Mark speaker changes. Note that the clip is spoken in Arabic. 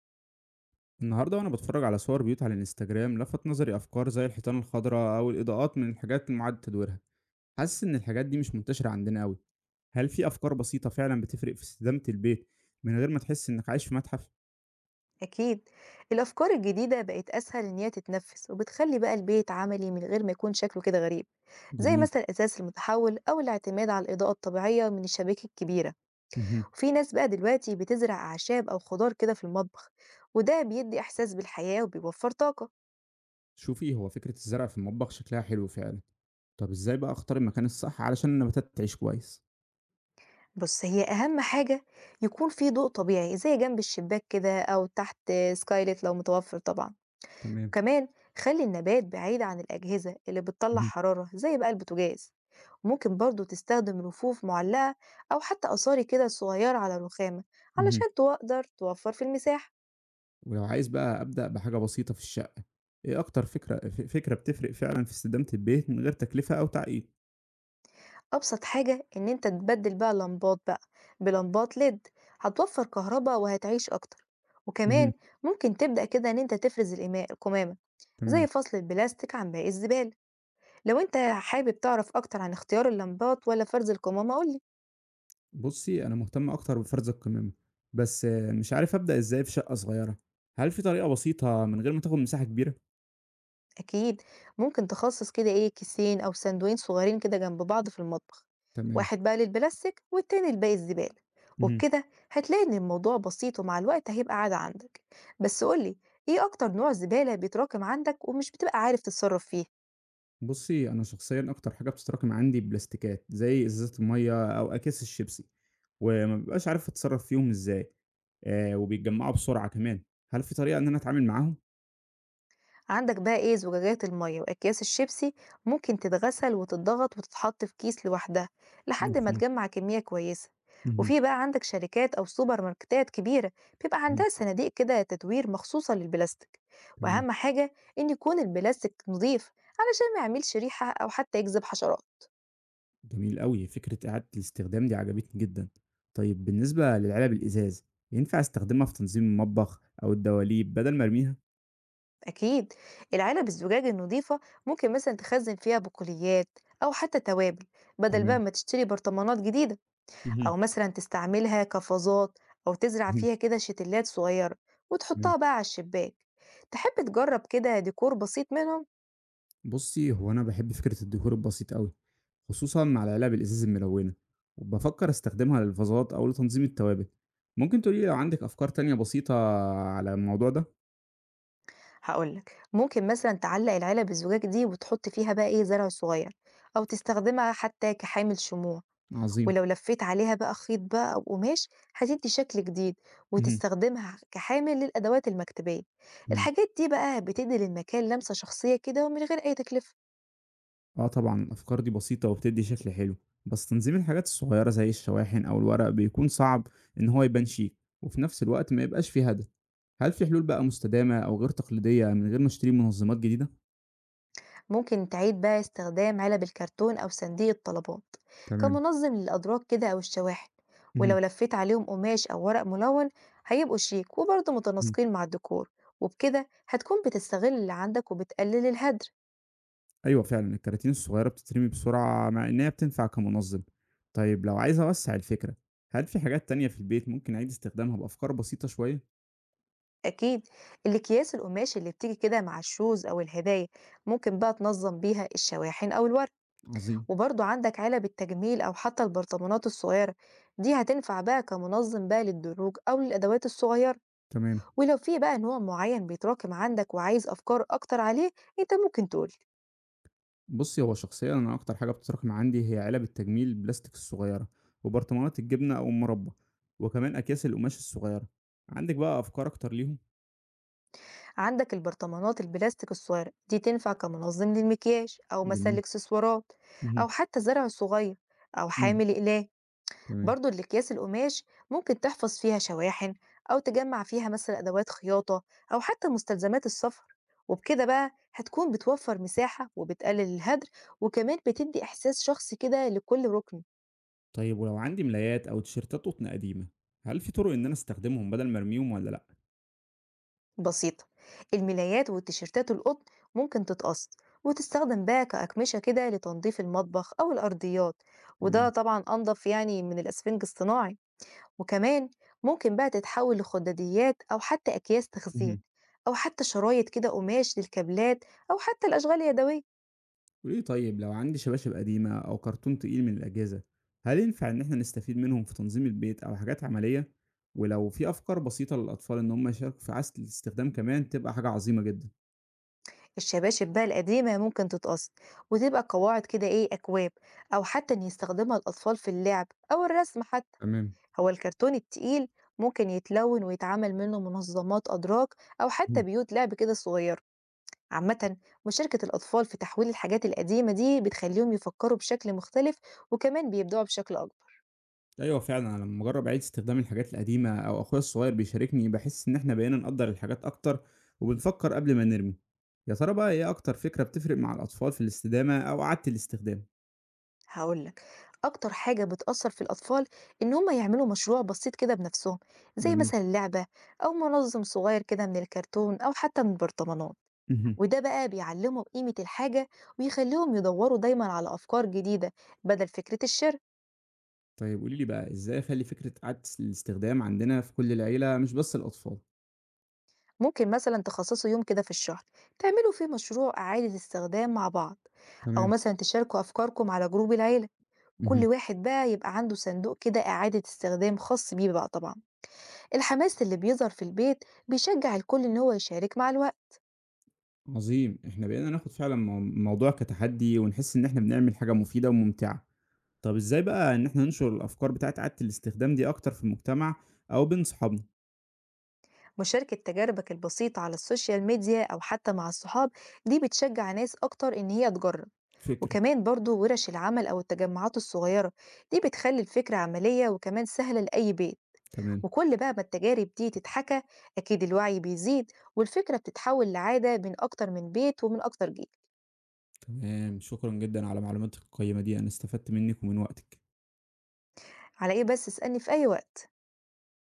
Speaker 1: النهاردة وأنا بتفرج على صور بيوت على الانستجرام لفت نظري أفكار زي الحيطان الخضراء أو الإضاءات من الحاجات المعاد تدويرها. حاسس إن الحاجات دي مش منتشرة عندنا أوي. هل في أفكار بسيطة فعلا بتفرق في استدامة البيت من غير ما تحس إنك عايش في متحف؟
Speaker 2: أكيد، الأفكار الجديدة بقت أسهل إن هي تتنفس، وبتخلي بقى البيت عملي من غير ما يكون شكله كده غريب. زي
Speaker 1: جميل.
Speaker 2: مثلا الأثاث المتحول، أو الاعتماد على الإضاءة الطبيعية من الشبابيك الكبيرة.
Speaker 1: مهم.
Speaker 2: وفي ناس بقى دلوقتي بتزرع أعشاب أو خضار كده في المطبخ، وده بيدي إحساس بالحياة وبيوفر طاقة.
Speaker 1: شوفي، هو فكرة الزرع في المطبخ شكلها حلو فعلا. طب إزاي بقى أختار المكان الصح علشان النباتات تعيش كويس؟
Speaker 2: بص، هي أهم حاجة يكون في ضوء طبيعي زي جنب الشباك كده، أو تحت سكايلت لو متوفر طبعا.
Speaker 1: تمام.
Speaker 2: وكمان خلي النبات بعيد عن الأجهزة اللي بتطلع
Speaker 1: مهم.
Speaker 2: حرارة زي بقى البوتاجاز. ممكن برضو تستخدم رفوف معلقة، أو حتى قصاري كده صغيرة على الرخامة،
Speaker 1: مهم.
Speaker 2: علشان تقدر توفر في المساحة.
Speaker 1: ولو عايز بقى أبدأ بحاجة بسيطة في الشقة، إيه أكتر فكرة فكرة بتفرق فعلا في استدامة البيت من غير تكلفة أو تعقيد؟
Speaker 2: أبسط حاجة إن أنت تبدل بقى لمبات بقى بلمبات ليد، هتوفر كهرباء وهتعيش أكتر.
Speaker 1: مهم.
Speaker 2: وكمان ممكن تبدأ كده إن أنت تفرز الإماء القمامة، زي
Speaker 1: تمام.
Speaker 2: فصل البلاستيك عن باقي الزبالة. لو أنت حابب تعرف أكتر عن اختيار اللمبات ولا فرز القمامة قولي.
Speaker 1: بُصّي، أنا مهتم أكتر بفرز القمامة، بس آه، مش عارف أبدأ إزاي في شقة صغيرة. هل في طريقة بسيطة من غير ما تاخد مساحة كبيرة؟
Speaker 2: أكيد، ممكن تخصص كده إيه كيسين أو سندوين صغيرين كده جنب بعض في المطبخ،
Speaker 1: تمام.
Speaker 2: واحد بقى للبلاستيك والتاني لباقي الزبالة.
Speaker 1: اهم.
Speaker 2: وبكده هتلاقي إن الموضوع بسيط، ومع الوقت هيبقى عادة عندك. بس قولي، إيه أكتر نوع زبالة بيتراكم عندك ومش بتبقى عارف تتصرف فيه؟
Speaker 1: بُصّي، أنا شخصيًا أكتر حاجة بتتراكم عندي بلاستيكات، زي إزازة المَيّة أو أكياس الشيبسي، وما بابقاش عارف أتصرّف فيهم إزاي، وبيتجمّعوا بسرعة كمان. هل في طريقة إن أنا أتعامل معاهم؟
Speaker 2: عندك بقى ايه زجاجات المية واكياس الشيبسي، ممكن تتغسل وتتضغط وتتحط في كيس لوحدها لحد ما
Speaker 1: مفهوم.
Speaker 2: تجمع كمية كويسة.
Speaker 1: اهم،
Speaker 2: وفي بقى عندك شركات او سوبر ماركتات كبيرة بيبقى
Speaker 1: اهم،
Speaker 2: عندها صناديق كده تدوير مخصوصة للبلاستيك.
Speaker 1: تمام.
Speaker 2: واهم حاجة ان يكون البلاستيك نظيف، علشان ما يعملش ريحة او حتى يجذب حشرات.
Speaker 1: جميل أوي، فكرة إعادة الاستخدام دي عجبتني جدًا. طيب بالنسبة للعلب الإزاز، ينفع استخدمها في تنظيم المطبخ أو الدواليب بدل ما ارميها؟
Speaker 2: اكيد، العلب الزجاج النظيفة ممكن مثلا تخزن فيها بقوليات، او حتى توابل، بدل بقى
Speaker 1: تمام.
Speaker 2: ما تشتري برطمانات جديدة.
Speaker 1: اهم،
Speaker 2: أو مثلًا تستعملها كفازات، أو تزرع
Speaker 1: اهم،
Speaker 2: فيها كده شتلات صغيرة
Speaker 1: تمام.
Speaker 2: وتحطها بقى على الشباك. تحب تجرب كده ديكور بسيط منهم؟
Speaker 1: بُصّي، هو أنا باحب فكرة الديكور البسيط أوي، خصوصًا مع العلب الإزاز الملونة، وبافكر استخدمها للفازات أو لتنظيم التوابل. ممكن تقولي لي لو عندِك أفكار تانية بسيطة على الموضوع ده؟
Speaker 2: هاقول لك، ممكن مثلًا تعلق العلب الزجاج دي وتحط فيها بقى إيه زرع صغير، أو تستخدمها حتى كحامل شموع.
Speaker 1: عظيم.
Speaker 2: ولو لفيت عليها بقى خيط بقى أو قماش هتدي شكل جديد،
Speaker 1: اهم،
Speaker 2: وتستخدمها كحامل للأدوات المكتبية.
Speaker 1: إمم.
Speaker 2: الحاجات دي بقى بتدي للمكان لمسة شخصية كده ومن غير أي تكلفة.
Speaker 1: آه طبعًا، الأفكار دي بسيطة وبتدّي شكل حلو، بس تنظيم الحاجات الصغيّرة زي الشواحن أو الورق بيكون صعب إن هو يبان شيك، وفي نفس الوقت ما يبقاش فيه هدف. هل في حلول بقى مستدامة أو غير تقليدية من غير ما اشتري منظمات جديدة؟
Speaker 2: ممكن تعيد بقى استخدام علب الكرتون أو صناديق الطلبات
Speaker 1: تمام.
Speaker 2: كمنظم للأدراج كده أو الشواحن، ولو
Speaker 1: اهم،
Speaker 2: لفيت عليهم قماش أو ورق ملون هيبقوا شيك وبرضه
Speaker 1: اهم.
Speaker 2: متناسقين مع الديكور. وبكده هتكون بتستغل اللي عندك وبتقلل الهدر.
Speaker 1: أيوه فعلًا، الكراتين الصغيّرة بتترمي بسرعة مع إنها بتنفع كمنظم. طيب لو عايز أوسّع الفكرة، هل في حاجات تانية في البيت ممكن أعيد استخدامها بأفكار بسيطة شوية؟
Speaker 2: أكيد، الأكياس القماش اللي بتيجي كده مع الشوز أو الهدايا ممكن بقى تنظم بيها الشواحن أو الورق.
Speaker 1: عظيم.
Speaker 2: وبرضه عندك علب التجميل أو حتى البرطمانات الصغيرة، دي هتنفع بقى كمنظم بقى للدروج أو للأدوات الصغيرة.
Speaker 1: تمام.
Speaker 2: ولو في بقى نوع معين بيتراكم عندك وعايز أفكار أكتر عليه أنت ممكن تقول.
Speaker 1: بُصّي، هو شخصيًا أنا أكتر حاجة بتتراكم عندي هي علب التجميل البلاستيك الصغيرة، وبرطمانات الجبنة أو المربى، وكمان أكياس القماش الصغيرة. عندِك بقى أفكار أكتر ليهم؟
Speaker 2: عندك البرطمانات البلاستيك الصغيرة دي تنفع كمنظم للمكياج أو مسال
Speaker 1: جميل.
Speaker 2: إكسسوارات، أو
Speaker 1: اهم،
Speaker 2: حتى الزرع الصغير، أو
Speaker 1: إمم،
Speaker 2: حامل أقلام.
Speaker 1: تمام.
Speaker 2: برضو الأكياس القماش ممكن تحفظ فيها شواحن، أو تجمع فيها مثلا أدوات خياطة، أو حتى مستلزمات السفر. وبكده بقى هتكون بتوفر مساحة وبتقلل الهدر، وكمان بتدي إحساس شخصي كده لكل ركن.
Speaker 1: طيب ولو عندي ملايات أو تيشيرتات قطن قديمة، هل في طرق إن أنا أستخدمهم بدل ما أرميهم والّا لأ؟
Speaker 2: بسيطة، الملايات والتيشيرتات القطن ممكن تتقص وتستخدم بقى كأقمشة كده لتنظيف المطبخ أو الأرضيات، وده
Speaker 1: تمام،
Speaker 2: طبعا أنظف يعني من الأسفنج الصناعي. وكمان ممكن بقى تتحول لخداديات أو حتى أكياس تخزين،
Speaker 1: اهم.
Speaker 2: أو حتى شرايط كده قماش للكابلات، أو حتى الأشغال اليدوية.
Speaker 1: وليه طيب لو عندي شباشب قديمة أو كرتون تقيل من الأجهزة، هل ينفع إن إحنا نستفيد منهم في تنظيم البيت أو حاجات عملية؟ ولو في أفكار بسيطة للأطفال إن هم يشاركوا في عزل الاستخدام كمان تبقى حاجة عظيمة جدا.
Speaker 2: الشباشب بقى القديمة ممكن تتقص وتبقى قواعد كده إيه أكواب، أو حتى إن يستخدمها الأطفال في اللعب أو الرسم حتى.
Speaker 1: تمام.
Speaker 2: هو الكرتون التقيل ممكن يتلون ويتعمل منه منظمات أدراك، أو حتى
Speaker 1: مم.
Speaker 2: بيوت لعب كده صغيرة. عامة، مشاركة الأطفال في تحويل الحاجات القديمة دي بتخليهم يفكروا بشكل مختلف، وكمان بيبدعوا بشكل أكبر.
Speaker 1: أيوة فعلا، أنا لما أجرب أعيد استخدام الحاجات القديمة أو أخويا الصغير بيشاركني بحس إن إحنا بقينا نقدر الحاجات أكتر وبنفكر قبل ما نرمي. يا ترى بقى إيه أكتر فكرة بتفرق مع الأطفال في الاستدامة أو إعادة الاستخدام؟
Speaker 2: هقولك، أكتر حاجة بتأثر في الأطفال إن هما يعملوا مشروع بسيط كده بنفسهم، زي
Speaker 1: جميل.
Speaker 2: مثلا لعبة، أو منظم صغير كده من الكرتون أو حتى من البرطمانات. وده بقى بيعلمهم قيمة الحاجة، ويخليهم يدوروا دايما على أفكار جديدة بدل فكرة الشراء.
Speaker 1: طيب قولي لي بقى إزاي أخلّي فكرة عادة الاستخدام عندنا في كل العيلة مش بس الأطفال؟
Speaker 2: ممكن مثلا تخصصوا يوم كده في الشهر تعملوا فيه مشروع إعادة استخدام مع بعض، أو
Speaker 1: تمام.
Speaker 2: مثلا تشاركوا أفكاركم على جروب العيلة. كل
Speaker 1: اهم.
Speaker 2: واحد بقى يبقى عنده صندوق كده إعادة استخدام خاص بيه بقى طبعا. الحماس اللي بيظهر في البيت بيشجع الكل إن هو يشارك مع الوقت.
Speaker 1: عظيم. إحنا بقينا ناخد فعلًا مو الموضوع كتحدي ونحس إن إحنا بنعمل حاجة مفيدة وممتعة. طب إزاي بقى إن إحنا ننشر الأفكار بتاعة عادة الاستخدام دي أكتر في المجتمع أو بين صحابنا؟
Speaker 2: مشاركة تجاربك البسيطة على السوشيال ميديا أو حتى مع الصحاب، دي بتشجع ناس أكتر إن هي تجرب.
Speaker 1: فكرة.
Speaker 2: وكمان برضو ورش العمل أو التجمعات الصغيرة، دي بتخلي الفكرة عملية وكمان سهلة لأي بيت.
Speaker 1: تمام.
Speaker 2: وكل بقى ما التجارب دي تتحكى أكيد الوعي بيزيد، والفكرة بتتحول لعادة بين أكتر من بيت ومن أكتر جيل.
Speaker 1: تمام. شكرًا جدًا على معلوماتك القيّمة دي، أنا استفدت منِّك ومن وقتِك.
Speaker 2: على إيه بس، اسألني في أي وقت.